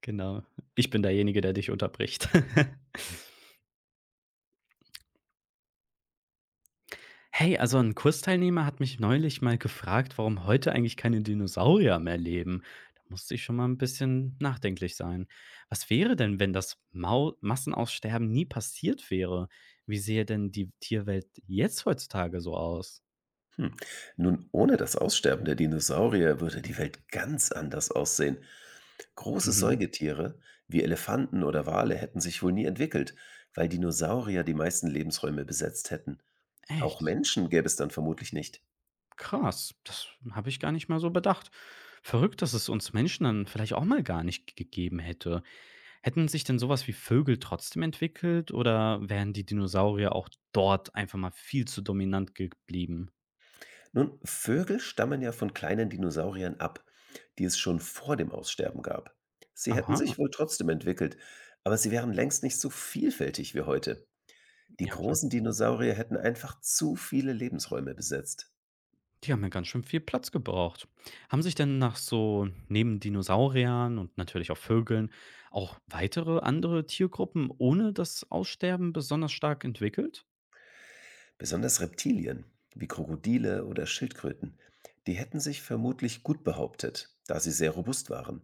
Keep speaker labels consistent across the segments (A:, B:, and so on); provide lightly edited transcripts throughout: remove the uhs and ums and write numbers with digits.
A: Genau. Ich bin derjenige, der dich unterbricht. Hey, ein Kursteilnehmer hat mich neulich mal gefragt, warum heute eigentlich keine Dinosaurier mehr leben. Da musste ich schon mal ein bisschen nachdenklich sein. Was wäre denn, wenn das Mau Massenaussterben nie passiert wäre? Wie sähe denn die Tierwelt jetzt heutzutage so aus?
B: Hm. Nun, ohne das Aussterben der Dinosaurier würde die Welt ganz anders aussehen. Große
A: Mhm.
B: Säugetiere wie Elefanten oder Wale hätten sich wohl nie entwickelt, weil Dinosaurier die meisten Lebensräume besetzt hätten. Auch
A: Echt?
B: Menschen gäbe es dann vermutlich nicht.
A: Krass, das habe ich gar nicht mal so bedacht. Verrückt, dass es uns Menschen dann vielleicht auch mal gar nicht gegeben hätte. Hätten sich denn sowas wie Vögel trotzdem entwickelt oder wären die Dinosaurier auch dort einfach mal viel zu dominant geblieben?
B: Nun, Vögel stammen ja von kleinen Dinosauriern ab, die es schon vor dem Aussterben gab. Sie hätten
A: Aha,
B: sich wohl trotzdem entwickelt, aber sie wären längst nicht so vielfältig wie heute. Die
A: ja klar.
B: großen Dinosaurier hätten einfach zu viele Lebensräume besetzt.
A: Die haben ja ganz schön viel Platz gebraucht. Haben sich denn nach so neben Dinosauriern und natürlich auch Vögeln auch weitere andere Tiergruppen ohne das Aussterben besonders stark entwickelt?
B: Besonders Reptilien wie Krokodile oder Schildkröten, die hätten sich vermutlich gut behauptet, da sie sehr robust waren.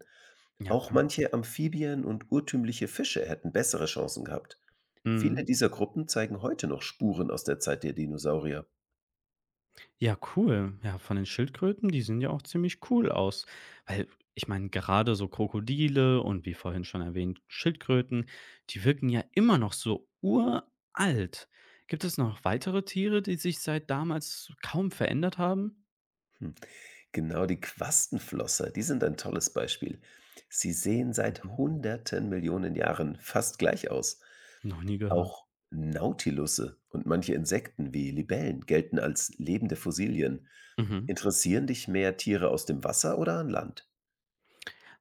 A: Ja
B: Auch
A: klar.
B: manche Amphibien und urtümliche Fische hätten bessere Chancen gehabt. Viele
A: Mhm.
B: dieser Gruppen zeigen heute noch Spuren aus der Zeit der Dinosaurier.
A: Ja, cool. Ja, von den Schildkröten, die sehen ja auch ziemlich cool aus. Weil, ich meine, gerade so Krokodile und wie vorhin schon erwähnt, Schildkröten, die wirken ja immer noch so uralt. Gibt es noch weitere Tiere, die sich seit damals kaum verändert haben?
B: Hm, Genau, die Quastenflosser, die sind ein tolles Beispiel. Sie sehen seit
A: Mhm.
B: hunderten Millionen Jahren fast gleich aus.
A: Noch nie gehört.
B: Auch Nautilusse und manche Insekten wie Libellen gelten als lebende Fossilien.
A: Mhm.
B: Interessieren dich mehr Tiere aus dem Wasser oder an Land?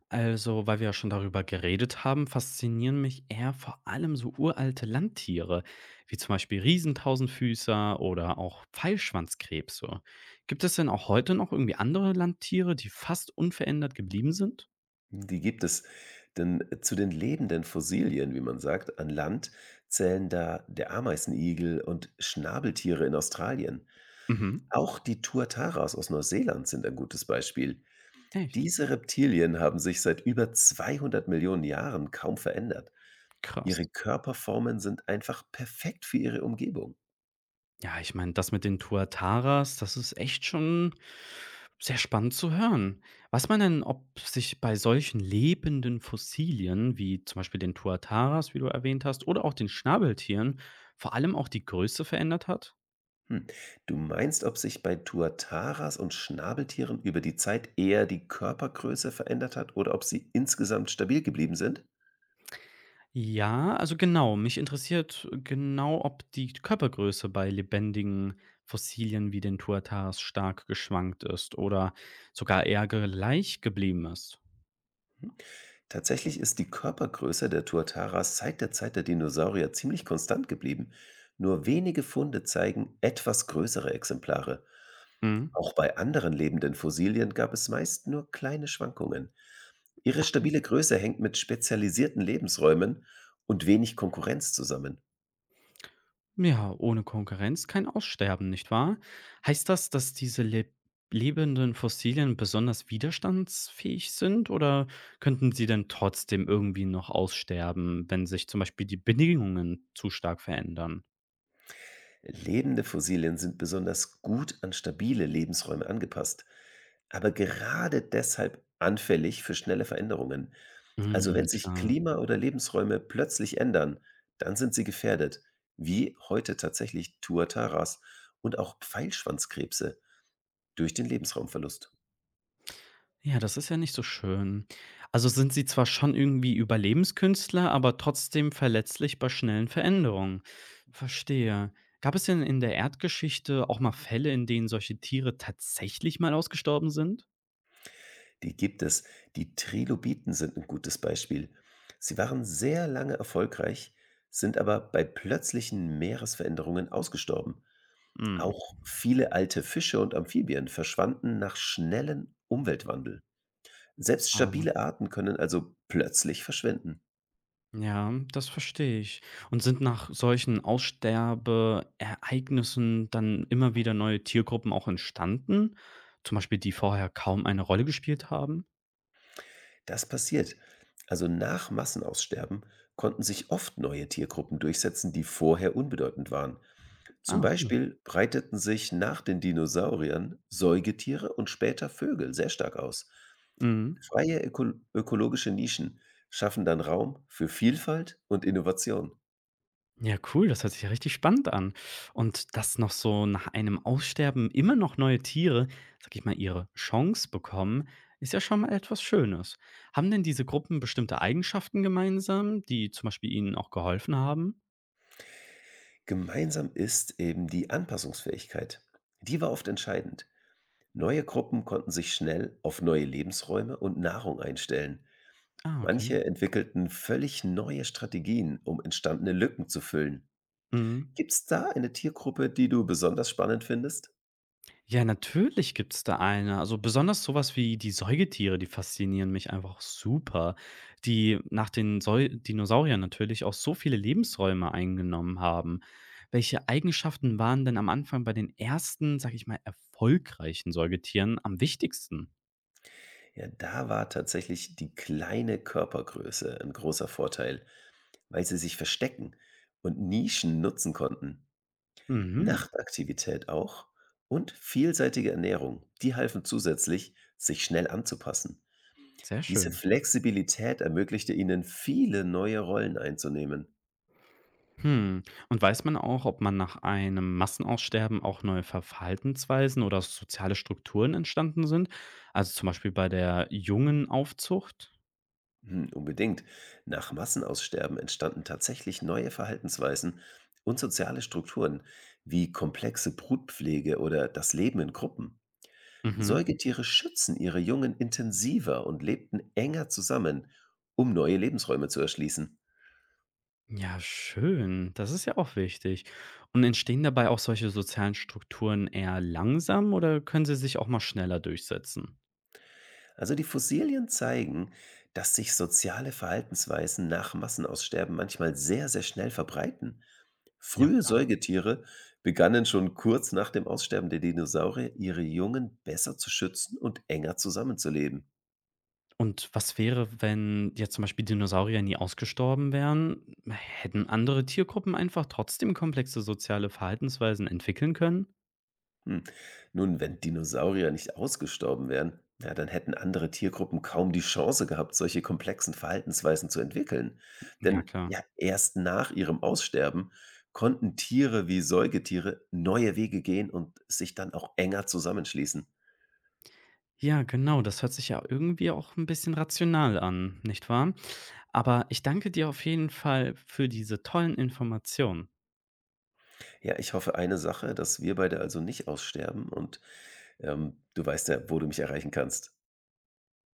A: Also, weil wir ja schon darüber geredet haben, faszinieren mich eher vor allem so uralte Landtiere, wie zum Beispiel Riesentausendfüßer oder auch Pfeilschwanzkrebse. Gibt es denn auch heute noch irgendwie andere Landtiere, die fast unverändert geblieben sind?
B: Die gibt es. Denn zu den lebenden Fossilien, wie man sagt, an Land zählen da der Ameisenigel und Schnabeltiere in Australien.
A: Mhm.
B: Auch die Tuataras aus Neuseeland sind ein gutes Beispiel.
A: Echt?
B: Diese Reptilien haben sich seit über 200 Millionen Jahren kaum verändert.
A: Krass.
B: Ihre Körperformen sind einfach perfekt für ihre Umgebung.
A: Ja, ich meine, das mit den Tuataras, das ist echt schon sehr spannend zu hören. Weiß man denn, ob sich bei solchen lebenden Fossilien, wie zum Beispiel den Tuataras, wie du erwähnt hast, oder auch den Schnabeltieren, vor allem auch die Größe verändert hat?
B: Hm. Du meinst, ob sich bei Tuataras und Schnabeltieren über die Zeit eher die Körpergröße verändert hat oder ob sie insgesamt stabil geblieben sind?
A: Ja, also genau. Mich interessiert genau, ob die Körpergröße bei lebendigen Fossilien wie den Tuataras stark geschwankt ist oder sogar eher gleich geblieben ist.
B: Tatsächlich ist die Körpergröße der Tuataras seit der Zeit der Dinosaurier ziemlich konstant geblieben. Nur wenige Funde zeigen etwas größere Exemplare.
A: Mhm.
B: Auch bei anderen lebenden Fossilien gab es meist nur kleine Schwankungen. Ihre stabile Größe hängt mit spezialisierten Lebensräumen und wenig Konkurrenz zusammen.
A: Ja, ohne Konkurrenz kein Aussterben, nicht wahr? Heißt das, dass diese lebenden Fossilien besonders widerstandsfähig sind oder könnten sie denn trotzdem irgendwie noch aussterben, wenn sich zum Beispiel die Bedingungen zu stark verändern?
B: Lebende Fossilien sind besonders gut an stabile Lebensräume angepasst, aber gerade deshalb anfällig für schnelle Veränderungen. Also
A: Mhm,
B: wenn sich
A: klar.
B: Klima oder Lebensräume plötzlich ändern, dann sind sie gefährdet, wie heute tatsächlich Tuataras und auch Pfeilschwanzkrebse durch den Lebensraumverlust.
A: Ja, das ist ja nicht so schön. Also sind sie zwar schon irgendwie Überlebenskünstler, aber trotzdem verletzlich bei schnellen Veränderungen. Verstehe. Gab es denn in der Erdgeschichte auch mal Fälle, in denen solche Tiere tatsächlich mal ausgestorben sind?
B: Die gibt es. Die Trilobiten sind ein gutes Beispiel. Sie waren sehr lange erfolgreich, sind aber bei plötzlichen Meeresveränderungen ausgestorben.
A: Hm,
B: Auch viele alte Fische und Amphibien verschwanden nach schnellem Umweltwandel. Selbst
A: aber.
B: stabile Arten können also plötzlich verschwinden.
A: Ja, das verstehe ich. Und sind nach solchen Aussterbeereignissen dann immer wieder neue Tiergruppen auch entstanden? Zum Beispiel, die vorher kaum eine Rolle gespielt haben?
B: Das passiert. Also nach Massenaussterben konnten sich oft neue Tiergruppen durchsetzen, die vorher unbedeutend waren. Zum
A: Ah, cool.
B: Beispiel breiteten sich nach den Dinosauriern Säugetiere und später Vögel sehr stark aus.
A: Mhm.
B: Freie ökologische Nischen schaffen dann Raum für Vielfalt und Innovation.
A: Ja, cool, das hört sich ja richtig spannend an. Und dass noch so nach einem Aussterben immer noch neue Tiere, sag ich mal, ihre Chance bekommen, ist ja schon mal etwas Schönes. Haben denn diese Gruppen bestimmte Eigenschaften gemeinsam, die zum Beispiel ihnen auch geholfen haben?
B: Gemeinsam ist eben die Anpassungsfähigkeit. Die war oft entscheidend. Neue Gruppen konnten sich schnell auf neue Lebensräume und Nahrung einstellen.
A: Ah, okay.
B: Manche entwickelten völlig neue Strategien, um entstandene Lücken zu füllen.
A: Mhm.
B: Gibt's da eine Tiergruppe, die du besonders spannend findest?
A: Ja, natürlich gibt's da eine. Also besonders sowas wie die Säugetiere, die faszinieren mich einfach super, die nach den Säu Dinosauriern natürlich auch so viele Lebensräume eingenommen haben. Welche Eigenschaften waren denn am Anfang bei den ersten, sag ich mal, erfolgreichen Säugetieren am wichtigsten?
B: Ja, da war tatsächlich die kleine Körpergröße ein großer Vorteil, weil sie sich verstecken und Nischen nutzen konnten.
A: Mhm,
B: Nachtaktivität auch und vielseitige Ernährung, die halfen zusätzlich, sich schnell anzupassen.
A: sehr
B: Diese
A: schön.
B: Flexibilität ermöglichte ihnen, viele neue Rollen einzunehmen.
A: Hm, und weiß man auch, ob man nach einem Massenaussterben auch neue Verhaltensweisen oder soziale Strukturen entstanden sind? Also zum Beispiel bei der jungen Aufzucht?
B: Hm, unbedingt. Nach Massenaussterben entstanden tatsächlich neue Verhaltensweisen und soziale Strukturen, wie komplexe Brutpflege oder das Leben in Gruppen.
A: Mhm.
B: Säugetiere schützen ihre Jungen intensiver und lebten enger zusammen, um neue Lebensräume zu erschließen.
A: Ja, schön. Das ist ja auch wichtig. Und entstehen dabei auch solche sozialen Strukturen eher langsam oder können sie sich auch mal schneller durchsetzen?
B: Also die Fossilien zeigen, dass sich soziale Verhaltensweisen nach Massenaussterben manchmal sehr, sehr schnell verbreiten.
A: Ja,
B: Frühe
A: klar.
B: Säugetiere begannen schon kurz nach dem Aussterben der Dinosaurier, ihre Jungen besser zu schützen und enger zusammenzuleben.
A: Und was wäre, wenn jetzt zum Beispiel Dinosaurier nie ausgestorben wären? Hätten andere Tiergruppen einfach trotzdem komplexe soziale Verhaltensweisen entwickeln können?
B: Hm. Nun, wenn Dinosaurier nicht ausgestorben wären, ja, dann hätten andere Tiergruppen kaum die Chance gehabt, solche komplexen Verhaltensweisen zu entwickeln.
A: Ja,
B: Denn
A: klar.
B: ja, erst nach ihrem Aussterben konnten Tiere wie Säugetiere neue Wege gehen und sich dann auch enger zusammenschließen.
A: Ja, genau, das hört sich ja irgendwie auch ein bisschen rational an, nicht wahr? Aber ich danke dir auf jeden Fall für diese tollen Informationen.
B: Ja, ich hoffe eine Sache, dass wir beide also nicht aussterben und du weißt ja, wo du mich erreichen kannst.